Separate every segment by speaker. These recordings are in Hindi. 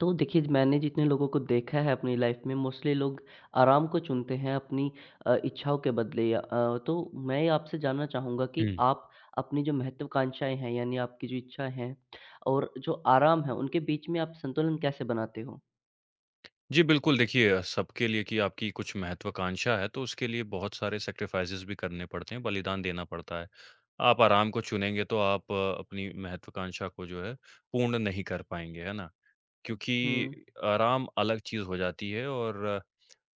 Speaker 1: तो देखिए, मैंने जितने लोगों को देखा है अपनी लाइफ़ में मोस्टली लोग आराम को चुनते हैं अपनी इच्छाओं के बदले या तो मैं आपसे जानना चाहूँगा कि
Speaker 2: हुँ।
Speaker 1: आप अपनी जो महत्वाकांक्षाएँ हैं यानी आपकी जो इच्छाएँ हैं और जो आराम है, उनके बीच में आप संतुलन कैसे बनाते हो?
Speaker 2: जी, बिल्कुल देखिए, सबके लिए कि आपकी कुछ महत्वाकांक्षा है तो उसके लिए बहुत सारे सैक्रिफ़ाइसेज़ भी करने पड़ते हैं, बलिदान देना पड़ता है। आप आराम को चुनेंगे तो आप अपनी महत्वाकांक्षा को जो है पूर्ण नहीं कर पाएँगे, है ना? क्योंकि
Speaker 1: हुँ,
Speaker 2: आराम अलग चीज़ हो जाती है और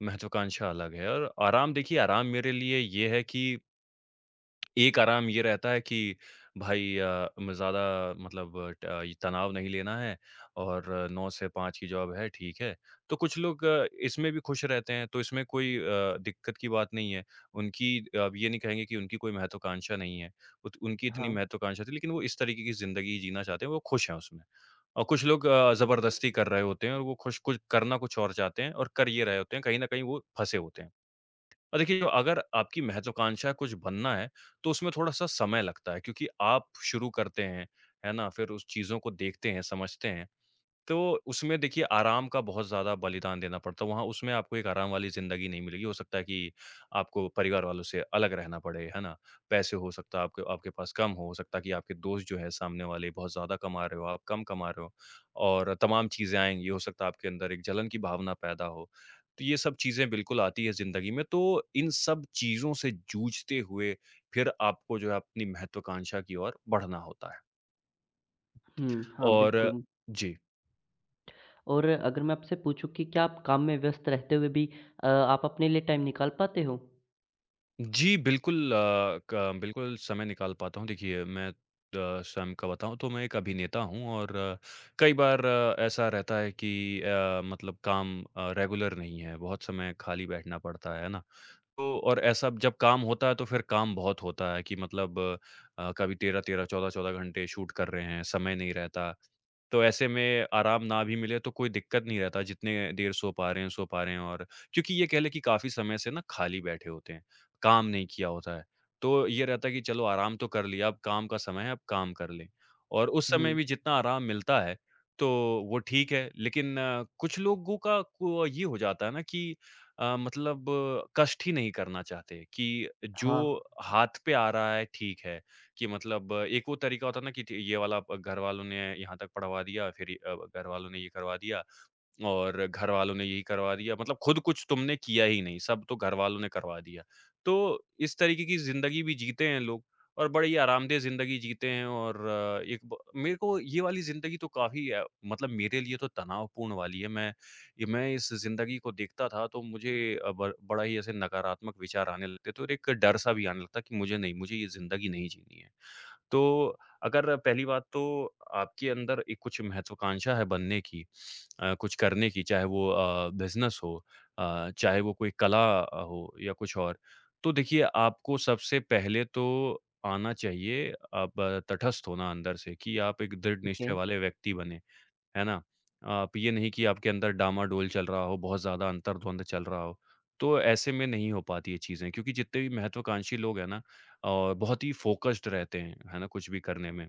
Speaker 2: महत्वाकांक्षा अलग है, और आराम देखिए, आराम मेरे लिए ये है कि एक आराम ये रहता है कि भाई, अ, म ज़्यादा मतलब, ये तनाव नहीं लेना है और 9 से 5 की जॉब है, ठीक है। तो कुछ लोग इसमें भी खुश रहते हैं, तो इसमें कोई दिक्कत की बात नहीं है। उनकी अब ये नहीं कहेंगे कि उनकी कोई महत्वाकांक्षा नहीं है। उत उनकी इतनी
Speaker 1: हाँ।
Speaker 2: महत्वाकांक्षा थी, लेकिन वो इस तरीके की ज़िंदगी जीना चाहते हैं, वो खुश हैं उसमें। और कुछ लोग ज़बरदस्ती कर रहे होते हैं, और वो खुश कुछ करना कुछ और चाहते हैं और कर ये रहे होते हैं, कहीं न कहीं वो फँसे होते हैं। और देखिए, अगर आपकी महत्वाकांक्षा कुछ बनना है, तो उसमें थोड़ा-सा समय लगता है क्योंकि आप शुरू करते हैं, है ना? फिर उस चीज़ों को देखते हैं, समझते हैं। तो उसमें देखिए, आराम का बहुत ज़्यादा बलिदान देना पड़ता है, वहाँ उसमें आपको एक आराम वाली ज़िंदगी नहीं मिलेगी। हो सकता है कि आपको परिवार वालों से अलग रहना पड़े, है ना? पैसे हो सकता है आपके आपके पास कम हो सकता है कि आपके दोस्त जो हैं सामने वाले बहुत ज़्यादा कमा रहे हो, आप कम कमा रहे हो, और तमाम चीज़ें आएँगी। हो सकता है आपके अंदर एक जलन की भावना पैदा हो। तो ये सब चीज़ें बिल्कुल आती है ज़िंदगी में, तो इन सब चीज़ों से जूझते हुए फिर आपको जो है अपनी महत्वाकांक्षा की ओर बढ़ना होता है।
Speaker 1: हुँ, हाँ,
Speaker 2: और
Speaker 1: बिल्कुल।
Speaker 2: जी।
Speaker 1: और अगर मैं आपसे पूछूँ कि क्या आप काम में व्यस्त रहते हुए भी आप अपने लिए टाइम निकाल पाते हो?
Speaker 2: जी, बिल्कुल अ, क बिल्कुल समय निकाल पाता हूँ। देखिए, मैं स्वयं का बताऊँ तो मैं एक अभिनेता हूँ, और कई बार ऐसा रहता है कि मतलब काम रेगुलर नहीं है, बहुत समय खाली बैठना पड़ता है ना? तो और ऐसा जब काम होता है तो फिर काम बहुत होता है कि मतलब कभी 13-13, 14-14 घंटे शूट कर रहे हैं, समय नहीं रहता। तो ऐसे में आराम ना भी मिले तो कोई दिक्कत नहीं रहता, जितने देर सो पा रहे हैं, सो पा रहे हैं, और क्योंकि ये कह लें कि काफ़ी समय से ना खाली बैठे होते हैं, काम नहीं किया होता है। तो ये रहता है कि चलो आराम तो कर लिया, अब काम का समय है, अब काम कर लें। और उस समय
Speaker 1: हुँ,
Speaker 2: भी जितना आराम मिलता है, तो वो ठीक है, लेकिन कुछ लोगों का को ये हो जाता है ना कि मतलब कष्ट ही नहीं करना चाहते, कि जो
Speaker 1: हाँ,
Speaker 2: हाथ पे आ रहा है ठीक है, कि मतलब एक वो तरीका होता है ना कि ये वाला अब घर वालों ने यहाँ तक पढ़वा दिया, फिर घर वालों ने ये करवा दिया और घरवालों ने यही करवा दिया, मतलब खुद कुछ तुमने किया ही नहीं, सब तो घरवालों ने करवा दिया। तो इस तरीके की ज़िंदगी भी जीते हैं लोग, और बड़ी आरामदेह ज़िंदगी जीते हैं, और एक ब मेरे को ये वाली ज़िंदगी तो काफ़ी मतलब मेरे लिए तो तनावपूर्ण वाली है। मैं इस ज़िंदगी को देखता था तो मुझे अ, ब बड़ा ही ऐसे नकारात्मक विचार आने लगते थे, और एक डर-सा भी आने लगता कि मुझे नहीं, मुझे ये ज़िंदगी नहीं जीनी है। तो अगर पहली बात तो आपके अंदर एक कुछ महत्वाकांक्षा है बनने की, कुछ करने की, चाहे वो बिज़नेस हो, चाहे वो कोई कला हो या कुछ और। तो देखिए, आपको सबसे पहले तो आना चाहिए, अब तटस्थ होना अंदर से कि आप एक दृढ़
Speaker 1: ओके।
Speaker 2: निश्चय वाले व्यक्ति बने। है ना? आप ये नहीं कि आपके अंदर डामाडोल चल रहा हो, बहुत ज़्यादा अंतर्द्वंद चल रहा हो। तो ऐसे में नहीं हो पाती ये चीज़ें, क्योंकि जितने भी महत्वाकांक्षी लोग हैं ना, और बहुत ही फ़ोकस्ड रहते हैं, है ना, कुछ भी करने में,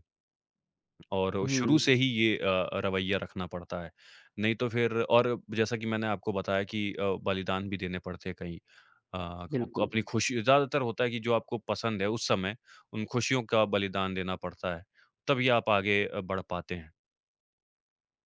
Speaker 2: और शुरू
Speaker 1: हुँ,
Speaker 2: से ही ये रवैया रखना पड़ता है। नहीं तो फिर, और जैसा कि मैंने आपको बताया कि बलिदान भी देने पड़ते हैं कहीं। अ, खो
Speaker 1: बिल्कुल।
Speaker 2: अपनी खुशी, ज़्यादातर होता है कि जो आपको पसंद है उस समय, उन खुशियों का बलिदान देना पड़ता है। तभी आप आगे बढ़ पाते हैं।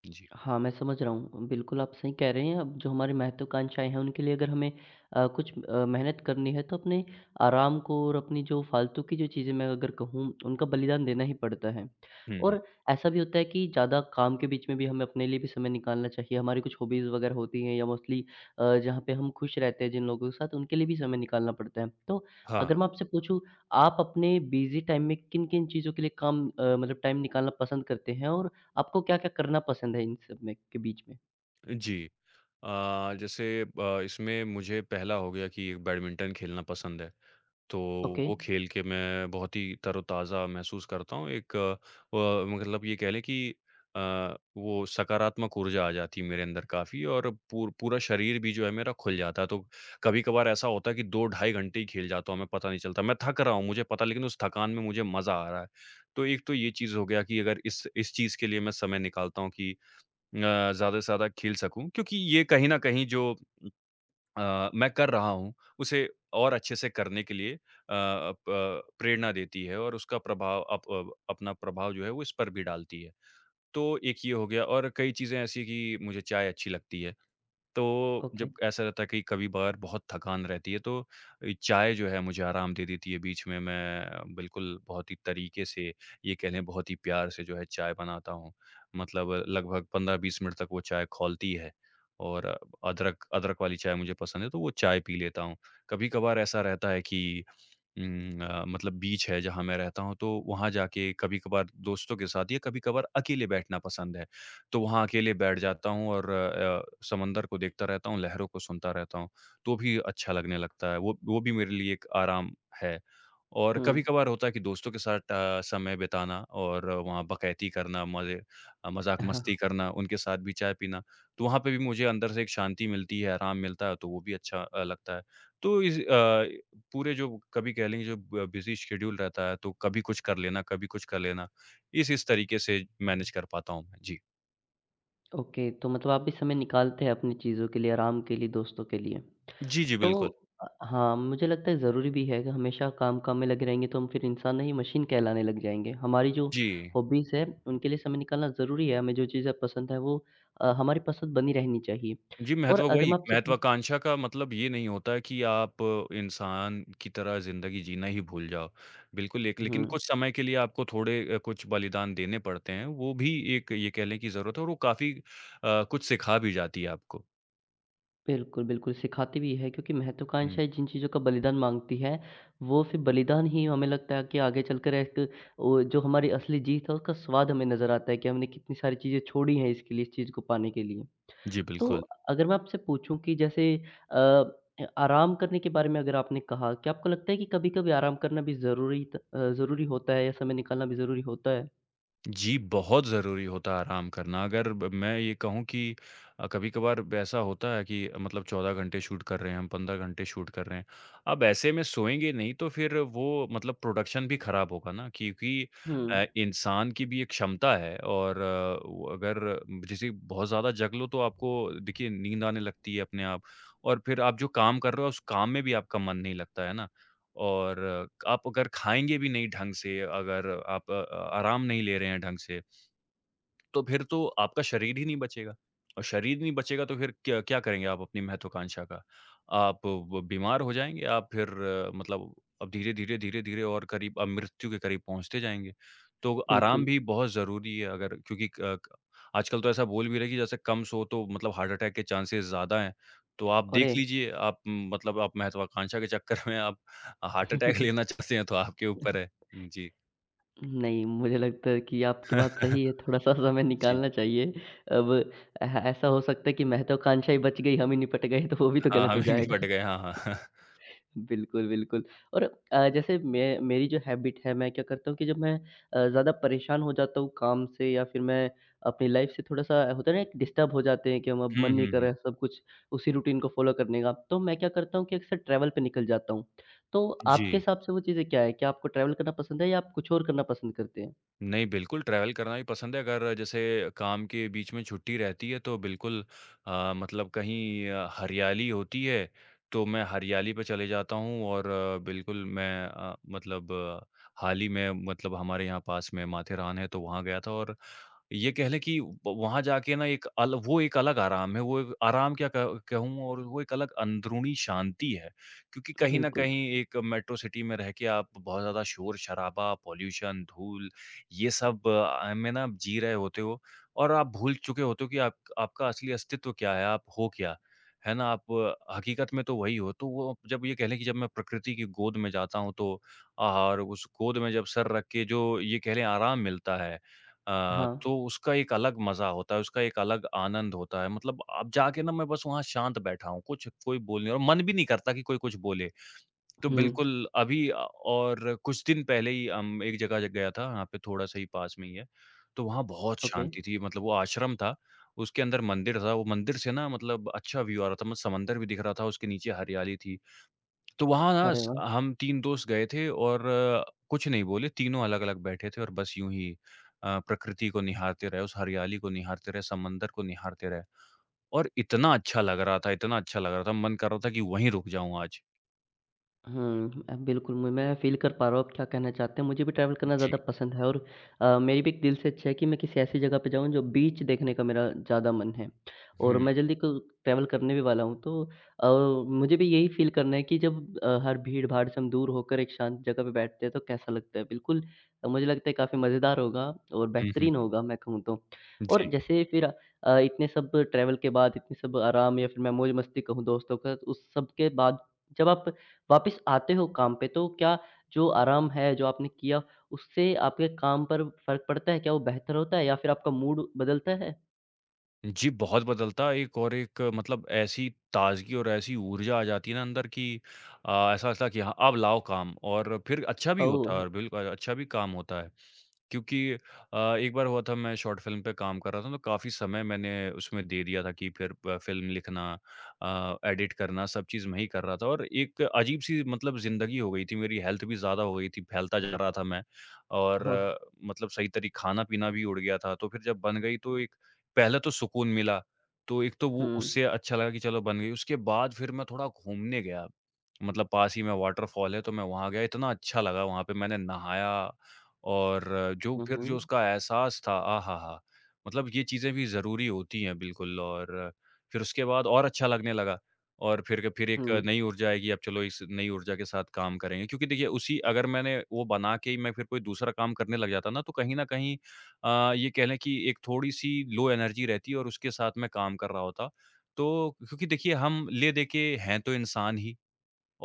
Speaker 2: जी।
Speaker 1: हाँ, मैं समझ रहा हूँ। बिल्कुल, आप सही कह रहे हैं। अब जो हमारी महत्वाकांक्षाएँ हैं, उनके लिए अगर हमें कुछ मेहनत करनी है, तो अपने आराम को और अपनी जो फालतू की जो चीज़ें मैं अगर कहूँ, उनका बलिदान देना ही पड़ता है।
Speaker 2: हुँ, हुँ।
Speaker 1: और ऐसा भी होता है कि ज़्यादा काम के बीच में भी हमें अपने लिए भी समय निकालना चाहिए। हमारी कुछ हॉबीज़ वगैरह होती हैं या मोस्टली जहाँ पे हम खुश रहते हैं जिन लोगों के साथ, उनके लिए भी समय निकालना पड़ता है। तो
Speaker 2: हाँ।
Speaker 1: अगर मैं आपसे पूछूँ, आप अपने बिज़ी टाइम में किन-किन चीज़ों के लिए काम मतलब टाइम निकालना पसंद करते हैं? और आपको क्या-क्या करना पसंद है इन सब में के बीच में?
Speaker 2: जी। अ, जैसे इसमें मुझे पहला हो गया कि बैडमिंटन खेलना पसंद है, तो
Speaker 1: ओके,
Speaker 2: वो खेल के मैं बहुत ही तरोताज़ा महसूस करता हूँ। एक मतलब ये कह लें कि अ, वो सकारात्मक ऊर्जा आ जाती है मेरे अंदर काफ़ी, और पूरा शरीर भी जो है मेरा खुल जाता है। तो कभी-कभार ऐसा होता है कि 2 ढाई घंटे ही खेल जाता हूँ, हमें पता नहीं चलता। मैं थक रहा हूँ, मुझे पता है, लेकिन उस थकान में मुझे मज़ा आ रहा है। तो एक तो ये चीज़ हो गया कि अगर इस चीज़ के लिए मैं समय निकालता हूँ कि ज़्यादा से ज़्यादा खेल सकूँ, क्योंकि ये कहीं न कहीं जो मैं कर रहा हूँ, उसे और अच्छे से करने के लिए प्रेरणा देती है, और उसका प्रभाव अप अप अपना प्रभाव जो है वो इस पर भी डालती है। तो एक ये हो गया, और कई चीज़ें ऐसी हैं कि मुझे चाय अच्छी लगती है। तो
Speaker 1: ओके।
Speaker 2: जब ऐसा रहता है कि कभी-कभार बहुत थकान रहती है, तो चाय जो है मुझे आराम दे देती है बीच में। मैं बिल्कुल बहुत ही तरीके से, ये कह लें बहुत ही प्यार से जो है चाय बनाता हूँ। मतलब लगभग 15-20 मिनट तक वो चाय खौलती है, और अदरक अदरक वाली चाय मुझे पसंद है तो वो चाय पी लेता हूँ। कभी-कभार ऐसा रहता है कि मतलब बीच है जहाँ मैं रहता हूँ, तो वहाँ जाके कभी-कभार दोस्तों के साथ या कभी-कभार अकेले बैठना पसंद है। तो वहाँ अकेले बैठ जाता हूँ, और समंदर को देखता रहता हूँ, लहरों को सुनता रहता हूँ, तो भी अच्छा लगने लगता है। वो भी मेरे लिए एक आराम है। और
Speaker 1: हुँ।
Speaker 2: कभी-कभार होता है कि दोस्तों के साथ समय बिताना, और वहाँ बकैती करना,
Speaker 1: हाँ,
Speaker 2: मज़ाक-मस्ती करना, उनके साथ भी चाय पीना, तो वहाँ पे भी मुझे अंदर से एक शांति मिलती है, आराम मिलता है, तो वो भी अच्छा लगता है। तो इस पूरे जो कभी कह लें जो ब बिज़ी शेड्यूल रहता है, तो कभी कुछ कर लेना, कभी कुछ कर लेना, इस तरीके से मैनेज कर पाता हूँ मैं। जी।
Speaker 1: ओके। तो मतलब आप भी समय निकालते हैं अपनी चीज़ों के लिए, आराम के लिए, दोस्तों के लिए।
Speaker 2: जी, जी,
Speaker 1: तो
Speaker 2: बिल्कुल।
Speaker 1: हाँ, मुझे लगता है ज़रूरी भी है कि हमेशा काम-काम में लगे रहेंगे तो हम फिर इंसान नहीं मशीन कहलाने लग जाएँगे। हमारी जो
Speaker 2: जी।
Speaker 1: हॉबीज़ है उनके लिए समय निकालना ज़रूरी है, हमें जो चीज़ें पसंद है वो हमारी पसंद बनी रहनी चाहिए।
Speaker 2: जी,
Speaker 1: और
Speaker 2: महत्व
Speaker 1: अगर
Speaker 2: वही
Speaker 1: मैं आपसे पू
Speaker 2: महत्वाकांक्षा का मतलब ये नहीं होता है कि आप इंसान की तरह ज़िंदगी जीना ही भूल जाओ। बिल्कुल, एक लेकिन
Speaker 1: हुँ।
Speaker 2: कुछ समय के लिए आपको थोड़े कुछ बलिदान देने पड़ते हैं, वो भी एक ये कह लें कि ज़रूरत है, और वो काफ़ी कुछ सिखा भी जाती है आपको।
Speaker 1: बिल्कुल, बिल्कुल सिखाती भी है क्योंकि
Speaker 2: हुँ।
Speaker 1: महत्वाकांक्षाएँ जिन चीज़ों का बलिदान माँगती हैं, वो फिर बलिदान ही हमें लगता है कि आगे चलकर एक वो जो हमारी असली जीत है उसका स्वाद हमें नज़र आता है कि हमने कितनी सारी चीज़ें छोड़ी हैं इसके लिए, इस चीज़ को पाने के लिए।
Speaker 2: जी,
Speaker 1: तो
Speaker 2: बिल्कुल।
Speaker 1: अगर मैं आपसे पूछूँ कि जैसे अ, ए आराम करने के बारे में अगर आपने कहा, क्या आपको लगता है कि कभी-कभी आराम करना भी ज़रूरी होता है या समय निकालना भी ज़रूरी होता है?
Speaker 2: जी, बहुत ज़रूरी होता है आराम करना। अगर ब मैं ये कहूँ कि कभी-कभार ऐसा होता है कि मतलब 14 घंटे शूट कर रहे हैं हम, 15 घंटे शूट कर रहे हैं। अब ऐसे में सोएँगे नहीं तो फिर वो मतलब प्रोडक्शन भी ख़राब होगा ना, क्योंकि
Speaker 1: हुँ,
Speaker 2: इंसान की भी एक क्षमता है, और वो अगर जैसे बहुत ज़्यादा जग लो तो आपको देखिए नींद आने लगती है अपने आप, और फिर आप जो काम कर रहे हो उस काम में भी आपका मन नहीं लगता है ना। और आप अगर खाएँगे भी नहीं ढंग से, अगर आप आराम नहीं ले रहे हैं ढंग से, तो फिर तो आपका शरीर ही नहीं बचेगा, और शरीर नहीं बचेगा तो फिर क्या क्या करेंगे आप अपनी महत्वाकांक्षा का? आप ब बीमार हो जाएँगे, आप फिर मतलब अब धीरे-धीरे, धीरे-धीरे और करीब अब मृत्यु के करीब पहुँचते जाएँगे। तो
Speaker 1: बिल्कुल।
Speaker 2: आराम भी बहुत ज़रूरी है अगर क्योंकि क क आजकल तो ऐसा बोल भी रहे हैं कि जैसे कम सो तो मतलब हार्ट अटैक के चांसेस ज़्यादा हैं। तो आप
Speaker 1: अरे!
Speaker 2: देख लीजिए आप मतलब आप महत्वाकांक्षा के चक्कर में आप हार्ट अटैक लेना चाहते हैं तो आपके ऊपर है। जी।
Speaker 1: नहीं, मुझे लगता है कि आपकी बात सही है, थोड़ा-सा समय
Speaker 2: जी।
Speaker 1: निकालना चाहिए। अब ऐसा हो सकता है कि महत्वाकांक्षा ही बच गई, हम ही निपट गए, तो वो भी तो
Speaker 2: हाँ,
Speaker 1: गलत हो
Speaker 2: हम ही
Speaker 1: जाएगा।
Speaker 2: निपट गए। हाँ, हाँ।
Speaker 1: बिल्कुल, बिल्कुल। और जैसे मैं मेरी जो हैबिट है, मैं क्या करता हूँ कि जब मैं ज़्यादा परेशान हो जाता हूँ काम से या फिर मैं अपनी लाइफ़ से थोड़ा-सा होता है ना, एक डिस्टर्ब हो जाते हैं कि हम अब
Speaker 2: हुँ,
Speaker 1: मन नहीं
Speaker 2: हुँ,
Speaker 1: कर
Speaker 2: हुँ।
Speaker 1: रहा है सब कुछ उसी रूटीन को फ़ॉलो करने का, तो मैं क्या करता हूँ कि अक्सर ट्रैवल पे निकल जाता हूँ। तो
Speaker 2: जी।
Speaker 1: आपके हिसाब से वो चीज़ें क्या है? क्या आपको ट्रैवल करना पसंद है या आप कुछ और करना पसंद करते हैं?
Speaker 2: नहीं, बिल्कुल ट्रैवल करना भी पसंद है। अगर जैसे काम के बीच में छुट्टी रहती है तो बिल्कुल मतलब कहीं हरियाली होती है तो मैं हरियाली पे चले जाता हूँ और बिल्कुल मैं हाल ही में मतलब हमारे यहाँ पास में माथेरान है तो वहाँ गया था और ये कह लें कि व वहाँ जाके ना एक अल वो एक अलग आराम है, वो एक आराम क्या क कहूँ और वो एक अलग अंदरूनी शांति है। क्योंकि कहीं न
Speaker 1: बिल्कुल,
Speaker 2: कहीं एक मेट्रो सिटी में रह के आप बहुत ज़्यादा शोर-शराबा, पॉल्यूशन, धूल ये सब में ना आप जी रहे होते हो और आप भूल चुके होते हो कि आप आपका असली अस्तित्व क्या है, आप हो क्या? है ना? आप हकीकत में तो वही हो। तो वो जब ये कह लें कि जब मैं प्रकृति की गोद में जाता हूँ तो और उस गोद में जब सर रख के जो ये कह लें आराम मिलता है,
Speaker 1: हाँ।
Speaker 2: तो उसका एक अलग मज़ा होता है, उसका एक अलग आनंद होता है। मतलब अब जाके ना मैं बस वहाँ शांत बैठा हूँ, कुछ कोई बोल नहीं और मन भी नहीं करता कि कोई कुछ बोले। तो
Speaker 1: हुँ,
Speaker 2: बिल्कुल, अभी और कुछ दिन पहले ही एक जगह गया था, यहाँ पे थोड़ा-सा ही पास में ही है। तो वहाँ बहुत
Speaker 1: ओके,
Speaker 2: शांति थी, मतलब वो आश्रम था, उसके अंदर मंदिर था, वो मंदिर से ना मतलब अच्छा व्यू आ रहा था, मतलब समंदर भी दिख रहा था, उसके नीचे हरियाली थी। तो वहाँ ना
Speaker 1: अरे
Speaker 2: स
Speaker 1: वाह!
Speaker 2: हम 3 दोस्त गए थे और कुछ नहीं बोले, तीनों अलग-अलग बैठे थे और बस यूँ ही प्रकृति को निहारते रहे, उस हरियाली को निहारते रहे, समंदर को निहारते रहे और इतना अच्छा लग रहा था, इतना अच्छा लग रहा था, मन कर रहा था कि वहीं रुक जाऊँ आज।
Speaker 1: हुँ, बिल्कुल, म मैं फ़ील कर पा रहा हूँ आप क्या कहना चाहते हैं। मुझे भी ट्रैवल करना
Speaker 2: जी।
Speaker 1: ज़्यादा पसंद है और मेरी भी एक दिल से इच्छा है कि मैं किसी ऐसी जगह पे जाऊँ, जो बीच देखने का मेरा ज़्यादा मन है और
Speaker 2: हुँ,
Speaker 1: मैं जल्दी क ट्रैवल करने भी वाला हूँ। तो अ, मुझे भी यही फ़ील करना है कि जब हर भीड़-भाड़ से हम दूर होकर एक शांत जगह पे बैठते हैं, तो कैसा लगता है। बिल्कुल मुझे लगता है काफ़ी मज़ेदार होगा और
Speaker 2: हुँ, हुँ।
Speaker 1: बेहतरीन होगा, मैं कहूँ तो। और
Speaker 2: जी।
Speaker 1: जैसे फिर इतने सब ट्रैवल के बाद, इतने सब आराम या फिर मैं मौज-मस्ती कहूँ दोस्तों के साथ, उस सब के बाद जब आप वापस आते हो काम पे तो क्या जो आराम है, जो आपने किया उससे आपके काम पर फ़र्क पड़ता है? क्या वो बेहतर होता है या फिर आपका मूड बदलता है?
Speaker 2: जी, बहुत बदलता है एक और एक मतलब ऐसी ताज़गी और ऐसी ऊर्जा आ जाती है ना अंदर कि ऐसा लगता है कि हाँ, अब लाओ काम और फिर अच्छा भी होता है
Speaker 1: ओह!
Speaker 2: और बिल्कुल अच्छा भी काम होता है। क्योंकि एक बार हुआ था मैं शॉर्ट फ़िल्म पे काम कर रहा था तो काफ़ी समय मैंने उसमें दे दिया था कि फिर प फ़िल्म लिखना, एडिट करना सब चीज़ मैं ही कर रहा था और एक अजीब-सी मतलब ज़िंदगी हो गई थी, मेरी हेल्थ भी ज़्यादा हो गई थी, फैलता जा रहा था मैं और
Speaker 1: ओह!
Speaker 2: मतलब सही तरी खाना-पीना भी उड़ गया था। तो फिर जब बन गई तो एक पहले तो सुकून मिला, तो एक तो
Speaker 1: हुँ।
Speaker 2: वो उससे अच्छा लगा कि चलो बन गई। उसके बाद फिर मैं थोड़ा घूमने गया, मतलब पास ही में वाटरफॉल है तो मैं वहाँ गया, इतना अच्छा लगा वहाँ पे मैंने नहाया और जो
Speaker 1: हुँ,
Speaker 2: फिर जो
Speaker 1: हुँ।
Speaker 2: उसका एहसास था, आहाहा! मतलब ये चीज़ें भी ज़रूरी होती हैं बिल्कुल और फिर उसके बाद और अच्छा लगने लगा और फिर एक
Speaker 1: हुँ,
Speaker 2: नई ऊर्जा आएगी, अब चलो इस नई ऊर्जा के साथ काम करेंगे। क्योंकि देखिए उसी अगर मैंने वो बना के ही मैं फिर कोई दूसरा काम करने लग जाता ना, तो कहीं न कहीं ये कह लें कि एक थोड़ी-सी लो एनर्जी रहती है और उसके साथ मैं काम कर रहा होता। तो क्योंकि देखिए हम ले-दे के हैं तो इंसान ही,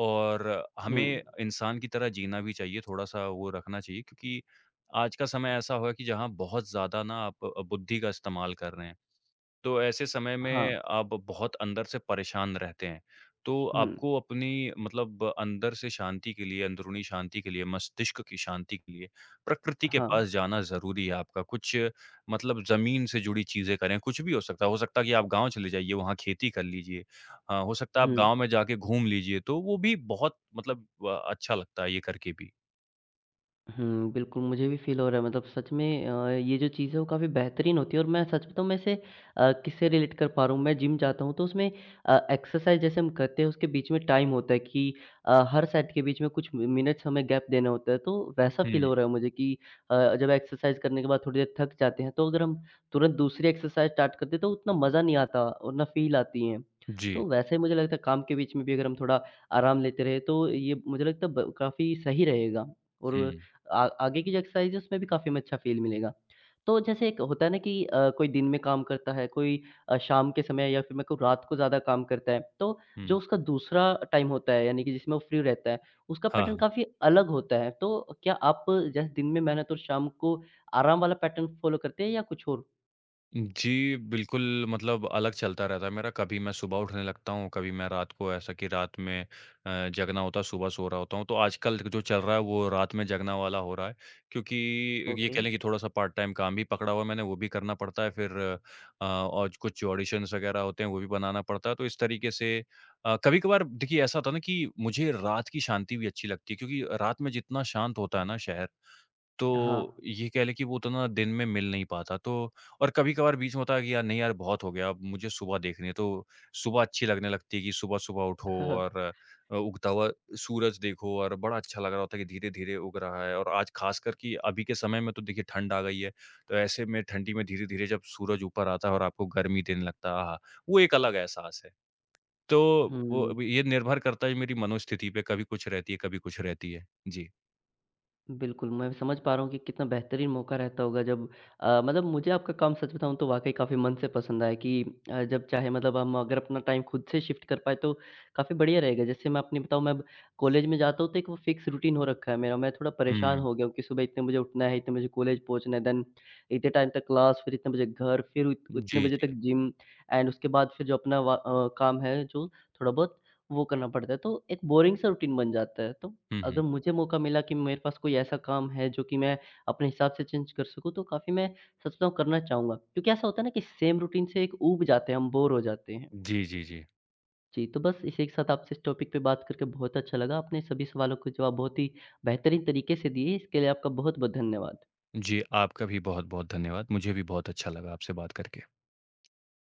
Speaker 2: और
Speaker 1: हुँ।
Speaker 2: हमें इंसान की तरह जीना भी चाहिए, थोड़ा-सा वो रखना चाहिए क्योंकि आज का समय ऐसा हुआ है कि जहाँ बहुत ज़्यादा ना आप बुद्धि का इस्तेमाल कर रहे हैं। तो ऐसे समय में
Speaker 1: हाँ।
Speaker 2: आप बहुत अंदर से परेशान रहते हैं। तो
Speaker 1: हुँ,
Speaker 2: आपको अपनी मतलब अंदर से शांति के लिए, अंदरूनी शांति के लिए, मस्तिष्क की शांति के लिए प्रकृति के
Speaker 1: हाँ।
Speaker 2: पास जाना ज़रूरी है आपका। कुछ मतलब ज़मीन से जुड़ी चीज़ें करें, कुछ भी हो सकता है। हो सकता है कि आप गाँव चले जाइए, वहाँ खेती कर लीजिए। हो सकता है आप
Speaker 1: हुँ।
Speaker 2: गाँव में जाके घूम लीजिए, तो वो भी बहुत अच्छा लगता है ये करके भी।
Speaker 1: हुँ, बिल्कुल मुझे भी फ़ील हो रहा है मतलब सच में ये जो चीज़ है वो काफ़ी बेहतरीन होती है और मैं सच बताऊँ मैं इसे किससे रिलेट कर पा रहा हूँ, मैं जिम जाता हूँ तो उसमें एक्सरसाइज़ जैसे हम करते हैं उसके बीच में टाइम होता है कि हर सेट के बीच में कुछ मि मिनट्स हमें गैप देना होता है, तो वैसा फ़ील
Speaker 2: हुँ।
Speaker 1: हो रहा है मुझे कि जब एक्सरसाइज़ करने के बाद थोड़ी देर थक जाते हैं, तो अगर हम तुरंत दूसरी एक्सरसाइज़ स्टार्ट करते हैं तो उतना मज़ा नहीं आता और ना फ़ील आती है।
Speaker 2: जी।
Speaker 1: तो वैसे ही मुझे लगता है काम के बीच में भी अगर हम थोड़ा आराम लेते रहे तो ये मुझे लगता है ब काफ़ी सही रहेगा और
Speaker 2: हुँ,
Speaker 1: आ आगे की जो एक्सरसाइज़ है उसमें भी काफ़ी हमें अच्छा फ़ील मिलेगा। तो जैसे एक होता है ना कि कोई दिन में काम करता है, कोई शाम के समय या फिर मेरे को रात को ज़्यादा काम करता है। तो
Speaker 2: हुँ।
Speaker 1: जो उसका दूसरा टाइम होता है यानी कि जिसमें वो फ्री रहता है, उसका
Speaker 2: हाँ,
Speaker 1: पैटर्न
Speaker 2: हाँ।
Speaker 1: काफ़ी अलग होता है। तो क्या आप जैसे दिन में मेहनत और शाम को आराम वाला पैटर्न फ़ॉलो करते हैं या कुछ और?
Speaker 2: जी, बिल्कुल मतलब अलग चलता रहता है मेरा, कभी मैं सुबह उठने लगता हूँ, कभी मैं रात को ऐसा कि रात में जगना होता है, सुबह सो रहा होता हूँ। तो आजकल जो चल रहा है वो रात में जगना वाला हो रहा है, क्योंकि ये
Speaker 1: ओके।
Speaker 2: कह लें कि थोड़ा-सा पार्ट टाइम काम भी पकड़ा हुआ है मैंने, वो भी करना पड़ता है फिर और कुछ ऑडिशंस वगैरह होते हैं, वो भी बनाना पड़ता है। तो इस तरीके से कभी-कभार देखिए ऐसा होता है ना कि मुझे रात की शांति भी अच्छी लगती है क्योंकि रात में जितना शांत होता है ना शहर, तो
Speaker 1: हाँ।
Speaker 2: ये कह लें कि वो उतना दिन में मिल नहीं पाता तो और कभी-कभार बीच में होता है कि यार नहीं यार बहुत हो गया अब मुझे सुबह देखनी है तो सुबह अच्छी लगने लगती है कि सुबह-सुबह उठो और उगता हुआ सूरज देखो और बड़ा अच्छा लग रहा होता है कि धीरे-धीरे उग रहा है और आज ख़ासकर कि अभी के समय में तो देखिए ठंड आ गई है, तो ऐसे में ठंडी में धीरे-धीरे जब सूरज ऊपर आता है और आपको गर्मी देने लगता है, आहा! वो एक अलग एहसास है। तो
Speaker 1: हुँ।
Speaker 2: वो अब ये निर्भर करता है मेरी मनोस्थिति पे, कभी कुछ रहती है, कभी कुछ रहती है। जी।
Speaker 1: बिल्कुल, मैं समझ पा रहा हूँ कि कितना बेहतरीन मौका रहता होगा जब मतलब मुझे आपका काम सच बताऊँ तो वाक़ई काफ़ी मन से पसंद आया कि जब चाहे मतलब हम अगर अपना टाइम खुद से शिफ्ट कर पाएँ तो काफ़ी बढ़िया रहेगा। जैसे मैं अपनी बताऊँ मैं अब कॉलेज में जाता हूँ तो एक वो फिक्स रूटीन हो रखा है मेरा, मैं थोड़ा परेशान
Speaker 2: हुँ।
Speaker 1: हो गया हूँ कि सुबह इतने बजे उठना है, इतने बजे कॉलेज पहुँचना है, देन इतने टाइम तक क्लास, फिर इतने बजे घर, फिर उत उतने
Speaker 2: जी,
Speaker 1: बजे
Speaker 2: जी।
Speaker 1: तक जिम एंड उसके बाद फिर जो अपना काम है जो थोड़ा बहुत वो करना पड़ता है, तो एक बोरिंग सा रूटीन बन जाता है। तो
Speaker 2: हुँ,
Speaker 1: अगर
Speaker 2: हुँ।
Speaker 1: मुझे मौका मिला कि मेरे पास कोई ऐसा काम है जो कि मैं अपने हिसाब से चेंज कर सकूँ तो काफ़ी मैं सच बताऊँ करना चाहूँगा। क्योंकि ऐसा होता है ना कि सेम रूटीन से एक ऊब जाते हैं हम, बोर हो जाते हैं।
Speaker 2: जी, जी, जी।
Speaker 1: जी, तो बस इसी के साथ आपसे इस टॉपिक पे बात करके बहुत अच्छा लगा। आपने सभी सवालों के जवाब बहुत ही बेहतरीन तरीके से दिए, इसके लिए आपका बहुत-बहुत धन्यवाद।
Speaker 2: जी, आपका भी बहुत-बहुत धन्यवाद। मुझे भी बहुत अच्छा लगा आपसे बात करके।